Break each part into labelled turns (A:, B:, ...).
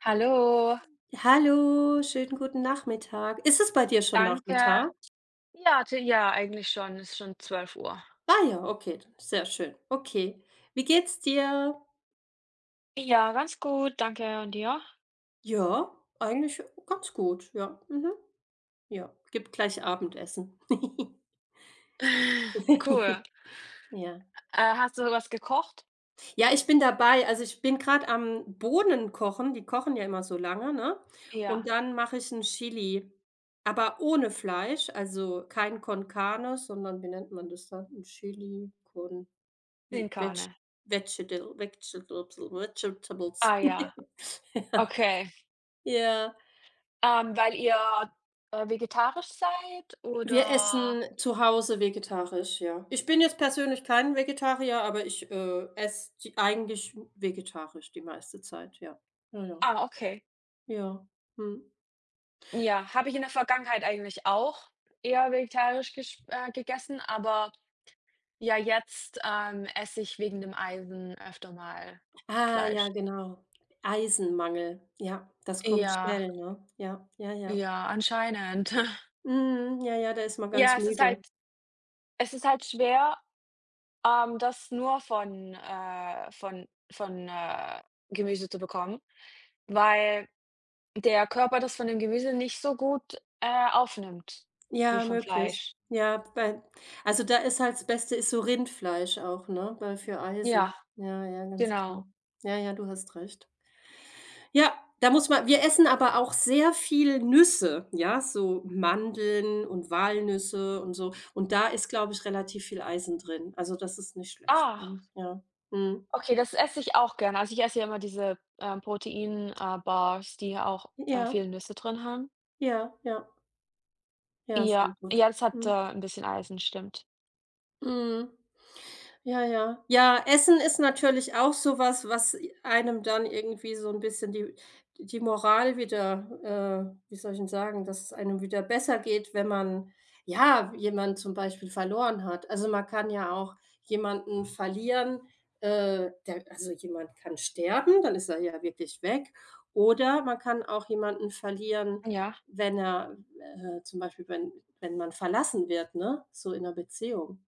A: Hallo,
B: Hallo, schönen guten Nachmittag. Ist es bei dir schon
A: danke.
B: Nachmittag?
A: Ja, t ja, eigentlich schon, ist schon 12 Uhr.
B: Ah ja, okay, dann sehr schön. Okay. Wie geht's dir?
A: Ja, ganz gut, danke und dir?
B: Ja, eigentlich ganz gut, ja. Mhm. Ja, gibt gleich Abendessen.
A: Cool.
B: Ja.
A: Hast du was gekocht?
B: Ja, ich bin dabei. Also, ich bin gerade am Bohnen kochen. Die kochen ja immer so lange, ne? Und
A: Ja,
B: dann mache ich ein Chili, aber ohne Fleisch, also kein Con Carne, sondern wie nennt man das dann? Ein Chili con L veg
A: Ginkane.
B: vegetable vegetables.
A: Ah ja,
B: Ja.
A: okay.
B: Ja.
A: Weil ihr, vegetarisch seid,
B: Wir
A: oder?
B: essen zu Hause vegetarisch, ja. Ich bin jetzt persönlich kein Vegetarier, aber ich, esse die eigentlich vegetarisch die meiste Zeit, ja. Ja, ja.
A: Ah, okay.
B: Ja. Mhm.
A: Ja, habe ich in der Vergangenheit eigentlich auch eher vegetarisch gesch gegessen, aber ja, jetzt, esse ich wegen dem Eisen öfter mal
B: Ah, ja,
A: Fleisch.
B: genau. Eisenmangel. Ja, das kommt
A: Ja.
B: schnell, ne? Ja, ja, ja.
A: Ja, anscheinend.
B: Mhm, ja, ja, da ist man ganz
A: Ja,
B: müde.
A: es ist halt schwer, das nur von von Gemüse zu bekommen, weil der Körper das von dem Gemüse nicht so gut aufnimmt wie
B: Ja,
A: von
B: möglich.
A: Fleisch.
B: Ja, bei also, da ist halt das Beste ist so Rindfleisch auch, ne, weil für Eisen.
A: Ja,
B: Ja, ja, ganz klar.
A: genau.
B: Ja, ja, du hast recht. Ja, da muss man wir essen aber auch sehr viel Nüsse, ja, so Mandeln und Walnüsse und so. Und da ist, glaube ich, relativ viel Eisen drin. Also, das ist nicht schlecht.
A: Ah,
B: Mhm, ja. Mhm.
A: okay, das esse ich auch gerne. Also, ich esse ja immer diese, Protein Bars, die ja auch,
B: Ja,
A: viele Nüsse drin haben.
B: ja, ja. Ja, sehr
A: Ja,
B: gut.
A: ja, das hat,
B: Mhm.
A: 'n bisschen Eisen, stimmt.
B: Mhm. Ja, ja. Ja, Essen ist natürlich auch sowas, was einem dann irgendwie so 'n bisschen die die Moral wieder wie soll ich 'n sagen, dass es einem wieder besser geht, wenn man, ja, jemand zum Beispiel verloren hat. Also, man kann ja auch jemanden verlieren, der also, jemand kann sterben, dann ist er ja wirklich weg. Oder man kann auch jemanden verlieren,
A: Ja,
B: wenn er zum Beispiel, wenn man verlassen wird, ne, so in 'ner Beziehung.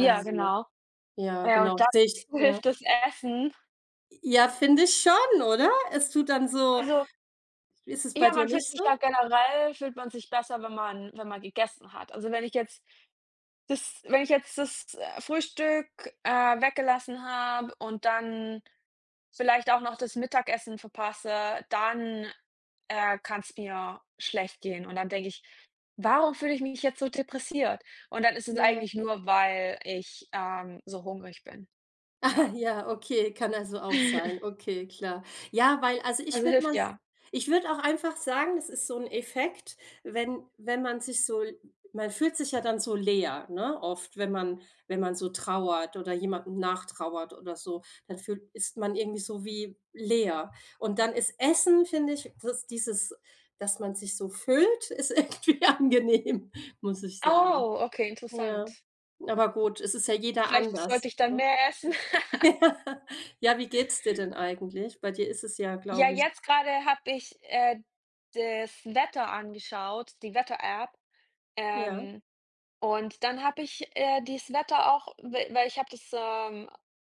A: ja, genau.
B: ja,
A: Ja,
B: genau,
A: und
B: sehe ich
A: dazu
B: ja.
A: hilft das Essen.
B: Ja, finde ich schon, oder? Es tut dann so,
A: Also,
B: ist es bei
A: ja,
B: dir
A: man
B: nicht
A: fühlt
B: so?
A: sich da generell fühlt man sich besser, wenn man gegessen hat. Also, wenn ich jetzt das, Frühstück, äh, weggelassen habe und dann vielleicht auch noch das Mittagessen verpasse, dann, kann's mir schlecht gehen. Und dann denke ich: „Warum fühle ich mich jetzt so depressiert?“ Und dann ist es
B: Ja.
A: eigentlich nur, weil ich, so hungrig bin, ja.
B: Ja, okay, kann also auch sein. Okay, klar. Ja, weil also ich
A: Also,
B: würde mal
A: hilft
B: s
A: ja.
B: ich würde auch einfach sagen, das ist so ein Effekt, wenn man sich so man fühlt sich ja dann so leer, ne, oft, wenn man wenn man so trauert oder jemandem nachtrauert oder so, dann fühlt ist man irgendwie so wie leer. Und dann ist Essen, finde ich, das dieses, dass man sich so füllt, ist irgendwie angenehm, muss ich sagen.
A: Oh, okay,
B: Ja,
A: interessant.
B: aber gut, es ist ja jeder
A: Vielleicht sollte
B: anders,
A: ich dann
B: ne?
A: mehr essen.
B: Ja, ja. Wie geht's dir denn eigentlich? Bei dir ist es ja,
A: Ja,
B: glaube ich,
A: jetzt gerade habe ich, das Wetter angeschaut, die Wetter-App,
B: ja,
A: ähm, und dann habe ich, dieses Wetter auch we weil ich habe das,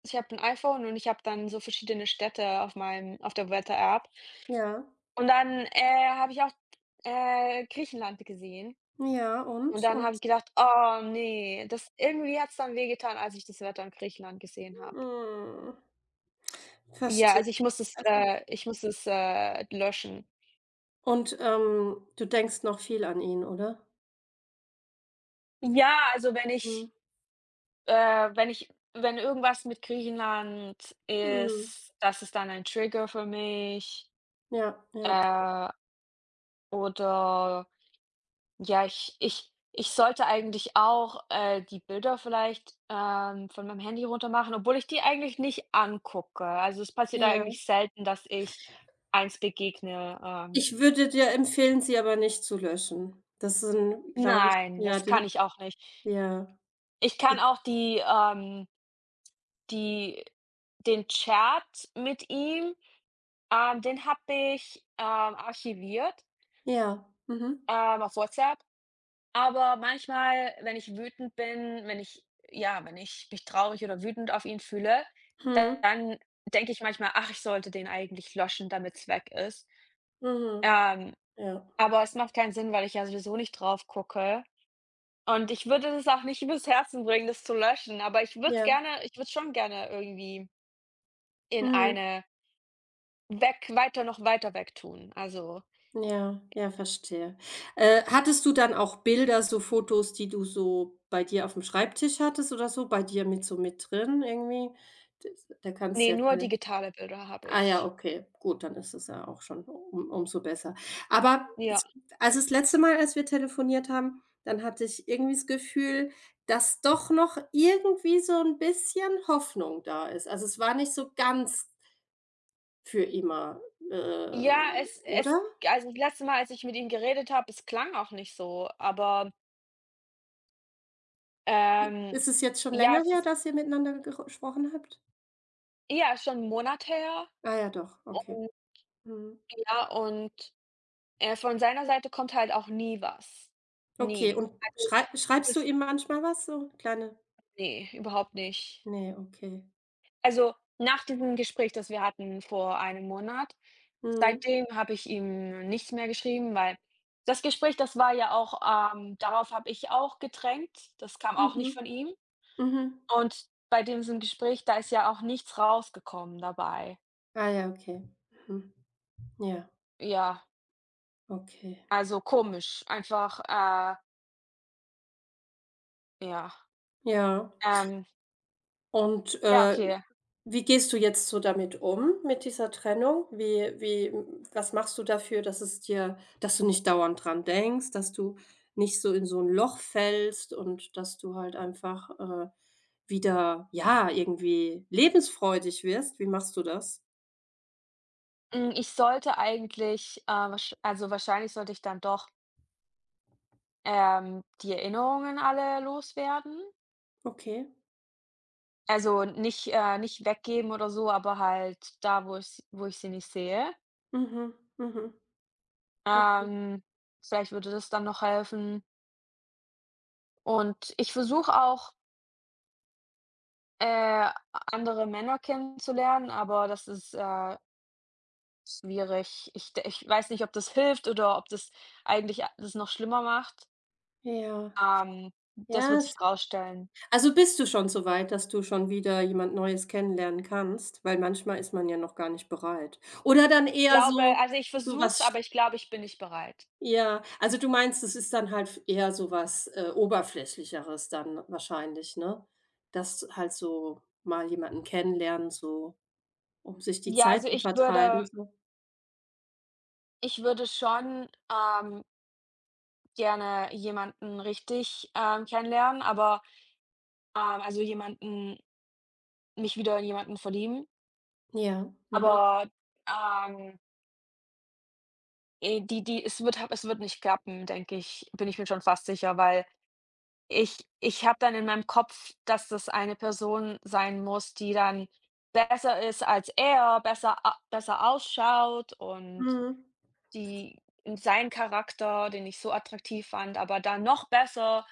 A: ich habe ein iPhone und ich habe dann so verschiedene Städte auf meinem auf der Wetter-App
B: ja,
A: und dann, habe ich auch, Griechenland gesehen
B: ja,
A: und
B: und?
A: dann habe
B: Und
A: ich gedacht: „Oh nee, das irgendwie hat es dann wehgetan, als ich das Wetter in Griechenland gesehen habe.“
B: mhm,
A: Ja,
B: verstehe.
A: also
B: Also
A: ich muss es, löschen.
B: und, du denkst noch viel an ihn, oder?
A: Ja, also
B: Mhm,
A: wenn irgendwas mit Griechenland
B: mhm,
A: ist, das ist dann ein Trigger für mich.
B: ja, ja,
A: Äh, oder ja, ich sollte eigentlich auch, die Bilder vielleicht, von meinem Handy runtermachen, obwohl ich die eigentlich nicht angucke. Also, es passiert
B: ja.
A: eigentlich selten, dass ich eins begegne.
B: Ich würde dir empfehlen, sie aber nicht zu löschen. Das sind, glaube ich,
A: Nein,
B: ja,
A: das
B: die,
A: kann ich auch nicht.
B: ja,
A: Ich kann
B: die,
A: auch die die den Chat mit ihm. Den habe ich, archiviert,
B: ja, mhm,
A: auf WhatsApp, aber manchmal, wenn ich wütend bin, wenn ich ja, wenn ich mich traurig oder wütend auf ihn fühle,
B: mhm,
A: dann denke ich manchmal: „Ach, ich sollte den eigentlich löschen, damit's weg ist.“
B: mhm,
A: Ähm,
B: ja,
A: aber es macht keinen Sinn, weil ich ja sowieso nicht drauf gucke und ich würde es auch nicht übers Herzen bringen, das zu löschen, aber
B: ja,
A: ich würde schon gerne irgendwie in
B: mhm.
A: eine weg weiter noch weiter weg tun. Also,
B: Ja, ja, verstehe. Hattest du dann auch Bilder, so Fotos, die du so bei dir auf dem Schreibtisch hattest oder so, bei dir mit so mit drin irgendwie? Das da kannst du
A: nee,
B: ja
A: nur
B: vielleicht
A: digitale Bilder habe
B: ah ja,
A: ich.
B: okay, gut, dann ist es ja auch schon um umso besser. Aber
A: Ja.
B: es also, das letzte Mal, als wir telefoniert haben, dann hatte ich irgendwie das Gefühl, dass doch noch irgendwie so ein bisschen Hoffnung da ist. Also, es war nicht so ganz für immer, äh,
A: Ja, es es
B: oder?
A: also, das letzte Mal, als ich mit ihm geredet habe, es klang auch nicht so, aber, ähm,
B: Ist es jetzt schon
A: ja,
B: länger
A: es
B: her,
A: ist
B: dass ihr miteinander gero gesprochen habt?
A: ja, schon 'n Monat her,
B: Ah ja, doch, okay.
A: und
B: Mhm.
A: ja, und, von seiner Seite kommt halt auch nie was.
B: Okay,
A: Nie.
B: und
A: Also,
B: schrei schreibst du
A: das
B: ihm manchmal was, so kleine
A: ne, überhaupt nicht.
B: ne, okay.
A: Also, nach diesem Gespräch, das wir hatten vor einem Monat,
B: Mhm.
A: seitdem habe ich ihm nichts mehr geschrieben, weil das Gespräch, das war ja auch, darauf habe ich auch gedrängt. Das kam auch nicht
B: Mhm.
A: von ihm.
B: Mhm.
A: Und bei diesem Gespräch, da ist ja auch nichts rausgekommen dabei.
B: Ah ja, okay. Mhm. Ja,
A: Ja,
B: okay.
A: also komisch, einfach, ja.
B: Ja.
A: Ähm,
B: Und,
A: ja, okay.
B: wie gehst du jetzt so damit um, mit dieser Trennung? Wie was machst du dafür, dass es dir, dass du nicht dauernd dran denkst, dass du nicht so in so ein Loch fällst und dass du halt einfach, wieder, ja, irgendwie lebensfreudig wirst? Wie machst du das?
A: Hm, ich sollte eigentlich, wahrsch also wahrscheinlich sollte ich dann doch, die Erinnerungen alle loswerden.
B: Okay.
A: Also nicht, nicht weggeben oder so, aber halt da, wo ich sie nicht sehe.
B: Mhm, mhm. Okay.
A: Ähm, Vielleicht würde das dann noch helfen. Und ich versuche auch, andere Männer kennenzulernen, aber das ist, schwierig. Ich weiß nicht, ob das hilft oder ob das eigentlich a das noch schlimmer macht.
B: Ja.
A: Ähm, Das
B: Ja,
A: wird sich rausstellen.
B: also bist du schon so weit, dass du schon wieder jemand Neues kennenlernen kannst? Weil manchmal ist man ja noch gar nicht bereit. Oder dann
A: Ich
B: eher
A: glaube,
B: so
A: also, ich
B: so
A: versuche es,
B: was sch
A: aber ich glaube, ich bin nicht bereit.
B: ja, also du meinst, es ist dann halt eher so was, Oberflächlicheres dann wahrscheinlich, ne? Dass halt so mal jemanden kennenlernen, so um sich die
A: Ja,
B: Zeit
A: also,
B: zu vertreiben, so.
A: ich würde schon, gerne jemanden richtig, kennenlernen, aber, also, jemanden mich wieder in jemanden verlieben,
B: Ja, mhm.
A: aber, ähm die die es wird nicht klappen, denke ich, bin ich mir schon fast sicher, weil ich habe dann in meinem Kopf, dass das eine Person sein muss, die dann besser ist als er, besser ausschaut und
B: Mhm.
A: die und sein Charakter, den ich so attraktiv fand, aber dann noch besser,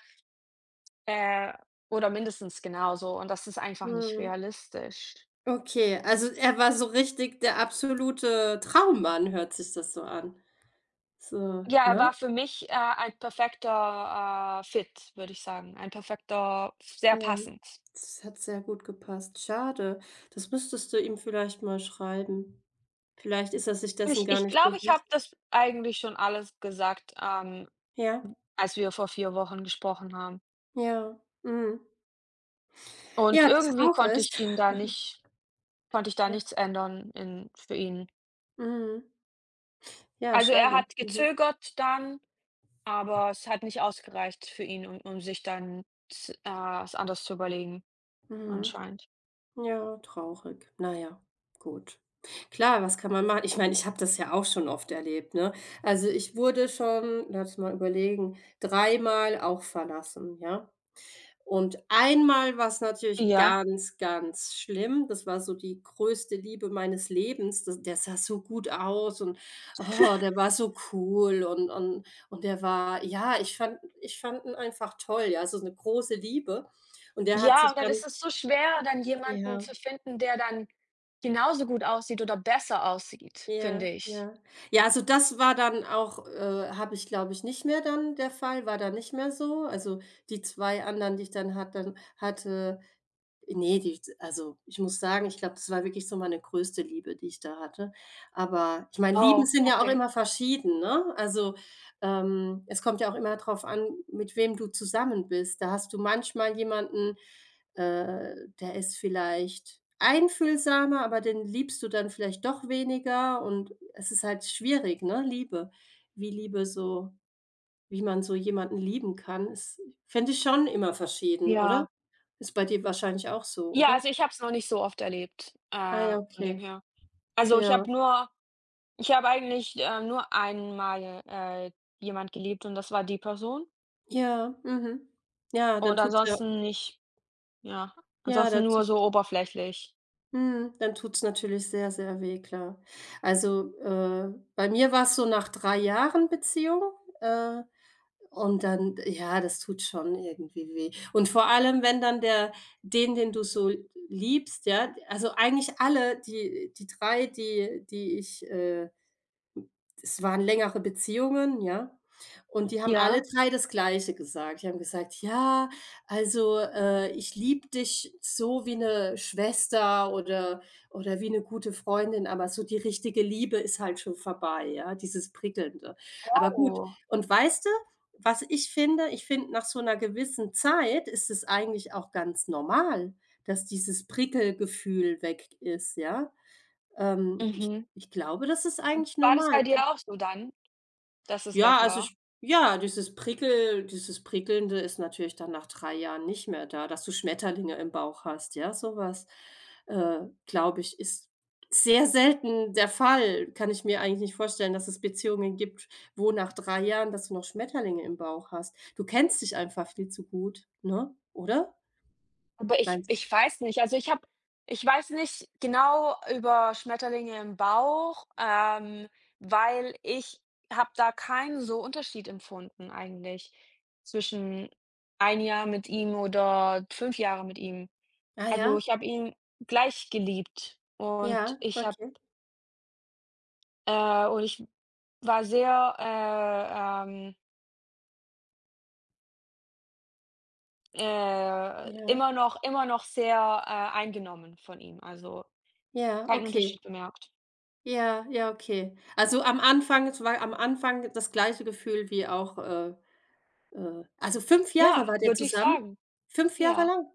A: äh, oder mindestens genauso, und das ist einfach nicht
B: Mhm.
A: realistisch.
B: Okay, also er war so richtig der absolute Traummann, hört sich das so an. So,
A: Ja, er
B: ne?
A: war für mich, ein perfekter, Fit, würde ich sagen. Ein perfekter, sehr
B: Ja.
A: passend.
B: Das hat sehr gut gepasst. Schade. Das müsstest du ihm vielleicht mal schreiben. Vielleicht ist er sich dessen
A: Ich
B: gar
A: ich
B: nicht
A: glaube, ich
B: bewusst.
A: habe das eigentlich schon alles gesagt,
B: Ja,
A: als wir vor 4 Wochen gesprochen haben.
B: ja, mhm.
A: Und
B: Ja,
A: irgendwie
B: traurig.
A: konnte ich da
B: Ja,
A: nichts ändern, in für ihn.
B: mhm. Ja,
A: Also, er
B: schade.
A: hat
B: Mhm,
A: gezögert dann, aber es hat nicht ausgereicht für ihn, um sich dann z was anderes zu überlegen,
B: mhm.
A: anscheinend.
B: Ja, traurig. Na ja, gut. Klar, was kann man machen? Ich meine, ich habe das ja auch schon oft erlebt, ne? Also, ich wurde schon lass mal überlegen, dreimal auch verlassen, ja? Und einmal war's natürlich
A: Ja.
B: ganz, ganz schlimm. Das war so die größte Liebe meines Lebens. Das der sah so gut aus und, oh, der war so cool und der war, ja, ich fand ihn einfach toll, ja, also eine große Liebe. Und der hat
A: Ja,
B: sich
A: und dann
B: dann
A: ist es so schwer, dann jemanden
B: ja,
A: zu finden, der dann genauso gut aussieht oder besser aussieht,
B: ja,
A: finde ich.
B: ja. Ja, also, das war dann auch habe ich, glaube ich, nicht mehr dann der Fall, war dann nicht mehr so. Also, die 2 anderen, die ich dann hat dann hatte ne, die also, ich muss sagen, ich glaube, das war wirklich so meine größte Liebe, die ich da hatte. Aber ich meine, Lieben
A: Oh,
B: sind ja auch
A: okay.
B: immer verschieden, ne? Also, es kommt ja auch immer drauf an, mit wem du zusammen bist. Da hast du manchmal jemanden, der ist vielleicht einfühlsamer, aber den liebst du dann vielleicht doch weniger und es ist halt schwierig, ne, Liebe. Wie Liebe so wie man so jemanden lieben kann, ist, finde ich, schon immer verschieden, oder?
A: Ja.
B: Ist bei dir wahrscheinlich auch so,
A: Ja,
B: oder?
A: also, ich habe es noch nicht so oft erlebt,
B: Ah ja,
A: von dem
B: okay.
A: her. Also,
B: Ja,
A: ich habe eigentlich, nur einmal, jemand geliebt, und das war die Person,
B: ja, mhm. Ja, dann
A: und
B: tut's ja,
A: ansonsten nicht, ja,
B: ja, dann
A: ansonsten nur
B: tut's
A: so oberflächlich.
B: mhm, dann tut's natürlich sehr, sehr weh, klar. Also, bei mir war es so nach 3 Jahren Beziehung, äh, und dann, ja, das tut schon irgendwie weh. Und vor allem, wenn dann der den, den du so liebst, ja also eigentlich alle, die die 3 die die ich, es waren längere Beziehungen, ja? Und die haben alle
A: Ja,
B: 3 das Gleiche gesagt. Die haben gesagt: „Ja, also, ich liebe dich so wie eine Schwester oder wie eine gute Freundin, aber so die richtige Liebe ist halt schon vorbei“, ja, dieses Prickelnde. Aber gut
A: wow.
B: und weißt du, was ich finde? Ich finde, nach so einer gewissen Zeit ist es eigentlich auch ganz normal, dass dieses Prickelgefühl weg ist, ja? Ich
A: Mhm.
B: ich glaube, das ist eigentlich
A: War das bei
B: normal.
A: dir auch so dann, dass es
B: Ja,
A: weg
B: also
A: war?
B: ich ja, dieses Prickel dieses Prickelnde ist natürlich dann nach 3 Jahren nicht mehr da, dass du Schmetterlinge im Bauch hast, ja? Sowas, glaube ich, ist sehr selten der Fall. Kann ich mir eigentlich nicht vorstellen, dass es Beziehungen gibt, wo nach 3 Jahren, dass du noch Schmetterlinge im Bauch hast. Du kennst dich einfach viel zu gut, ne? Oder?
A: Aber ich
B: Meinst
A: ich weiß nicht. Also, ich weiß nicht genau über Schmetterlinge im Bauch, weil ich habe da keinen so Unterschied empfunden eigentlich zwischen ein Jahr mit ihm oder 5 Jahre mit ihm.
B: ah
A: Also,
B: ja?
A: ich habe ihn gleich geliebt, und
B: Ja,
A: ich habe
B: okay.
A: und ich war sehr,
B: Ja.
A: immer noch sehr, eingenommen von ihm, also
B: Ja,
A: keinen
B: okay.
A: Unterschied bemerkt.
B: Ja, ja, okay. Also am Anfang, es war am Anfang das gleiche Gefühl wie auch, also 5 Jahre
A: Ja,
B: wart ihr
A: würde ich
B: zusammen?
A: sagen.
B: 5 Jahre
A: Ja,
B: lang?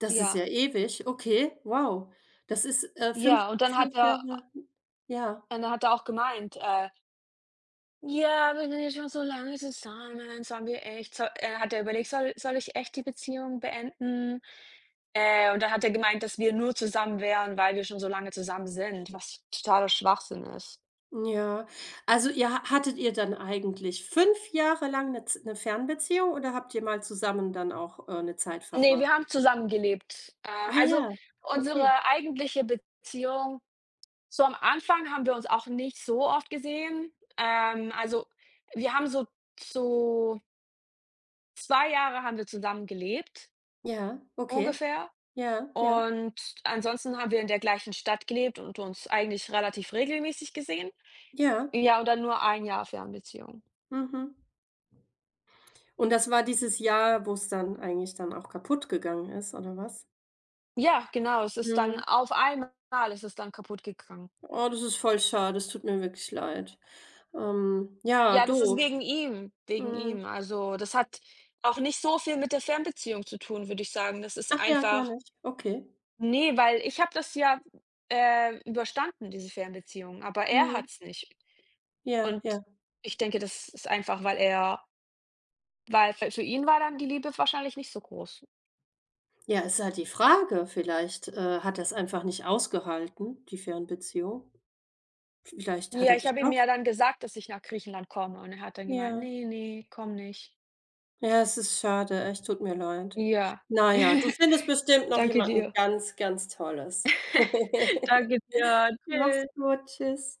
B: Das ist
A: ja,
B: ja ewig. Okay, wow. Das ist, 5-
A: ja.
B: 5 Jahre ja,
A: Und dann hat er auch gemeint, „Ja, wir sind jetzt schon so lange zusammen, sollen wir echt so“, hat er überlegt: „Soll ich echt die Beziehung beenden?“ Und dann hat er gemeint, dass wir nur zusammen wären, weil wir schon so lange zusammen sind, was totaler Schwachsinn ist.
B: ja. Also, ihr ha hattet ihr dann eigentlich 5 Jahre lang eine Z 'ne Fernbeziehung oder habt ihr mal zusammen dann auch, 'ne Zeit
A: Ne, wir
B: verbracht?
A: haben zusammengelebt.
B: Ah
A: Also,
B: ja, okay.
A: unsere eigentliche Beziehung. So am Anfang haben wir uns auch nicht so oft gesehen. Also, wir haben so so 2 Jahre haben wir zusammen gelebt,
B: Ja, okay.
A: ungefähr,
B: Ja, ja,
A: und ansonsten haben wir in der gleichen Stadt gelebt und uns eigentlich relativ regelmäßig gesehen.
B: ja.
A: Ja, und dann nur ein Jahr Fernbeziehung.
B: Mhm. Und das war dieses Jahr, wo es dann eigentlich dann auch kaputt gegangen ist, oder was?
A: Ja, genau, es ist dann
B: Mhm.
A: auf einmal ist es dann kaputt gegangen.
B: Oh, das ist voll schade. Das tut mir wirklich leid. Ja,
A: Ja, das ist
B: doof.
A: wegen ihm,
B: Mhm.
A: also, das hat auch nicht so viel mit der Fernbeziehung zu tun, würde ich sagen. Das ist
B: Ach ja, gar
A: einfach.
B: nicht. Okay.
A: Nee, weil ich habe das ja, überstanden, diese Fernbeziehung, aber er
B: Mhm.
A: hat's nicht.
B: Ja,
A: Und
B: ja.
A: ich denke, das ist einfach, weil für ihn war dann die Liebe wahrscheinlich nicht so groß.
B: Ja, ist halt die Frage. Vielleicht, hat er's einfach nicht ausgehalten, die Fernbeziehung. Vielleicht hat
A: Ja,
B: er
A: ich
B: dich
A: habe ihm
B: doch
A: ja dann gesagt, dass ich nach Griechenland komme, und er hat dann gemeint:
B: ja.
A: „Ne, ne, komm nicht.“
B: Ja, es ist schade, echt, tut mir leid.
A: Ja.
B: Na ja, du findest bestimmt noch
A: Danke
B: jemanden
A: dir.
B: ganz, ganz Tolles.
A: Danke dir.
B: Mach's
A: Tschüss.
B: gut, tschüss.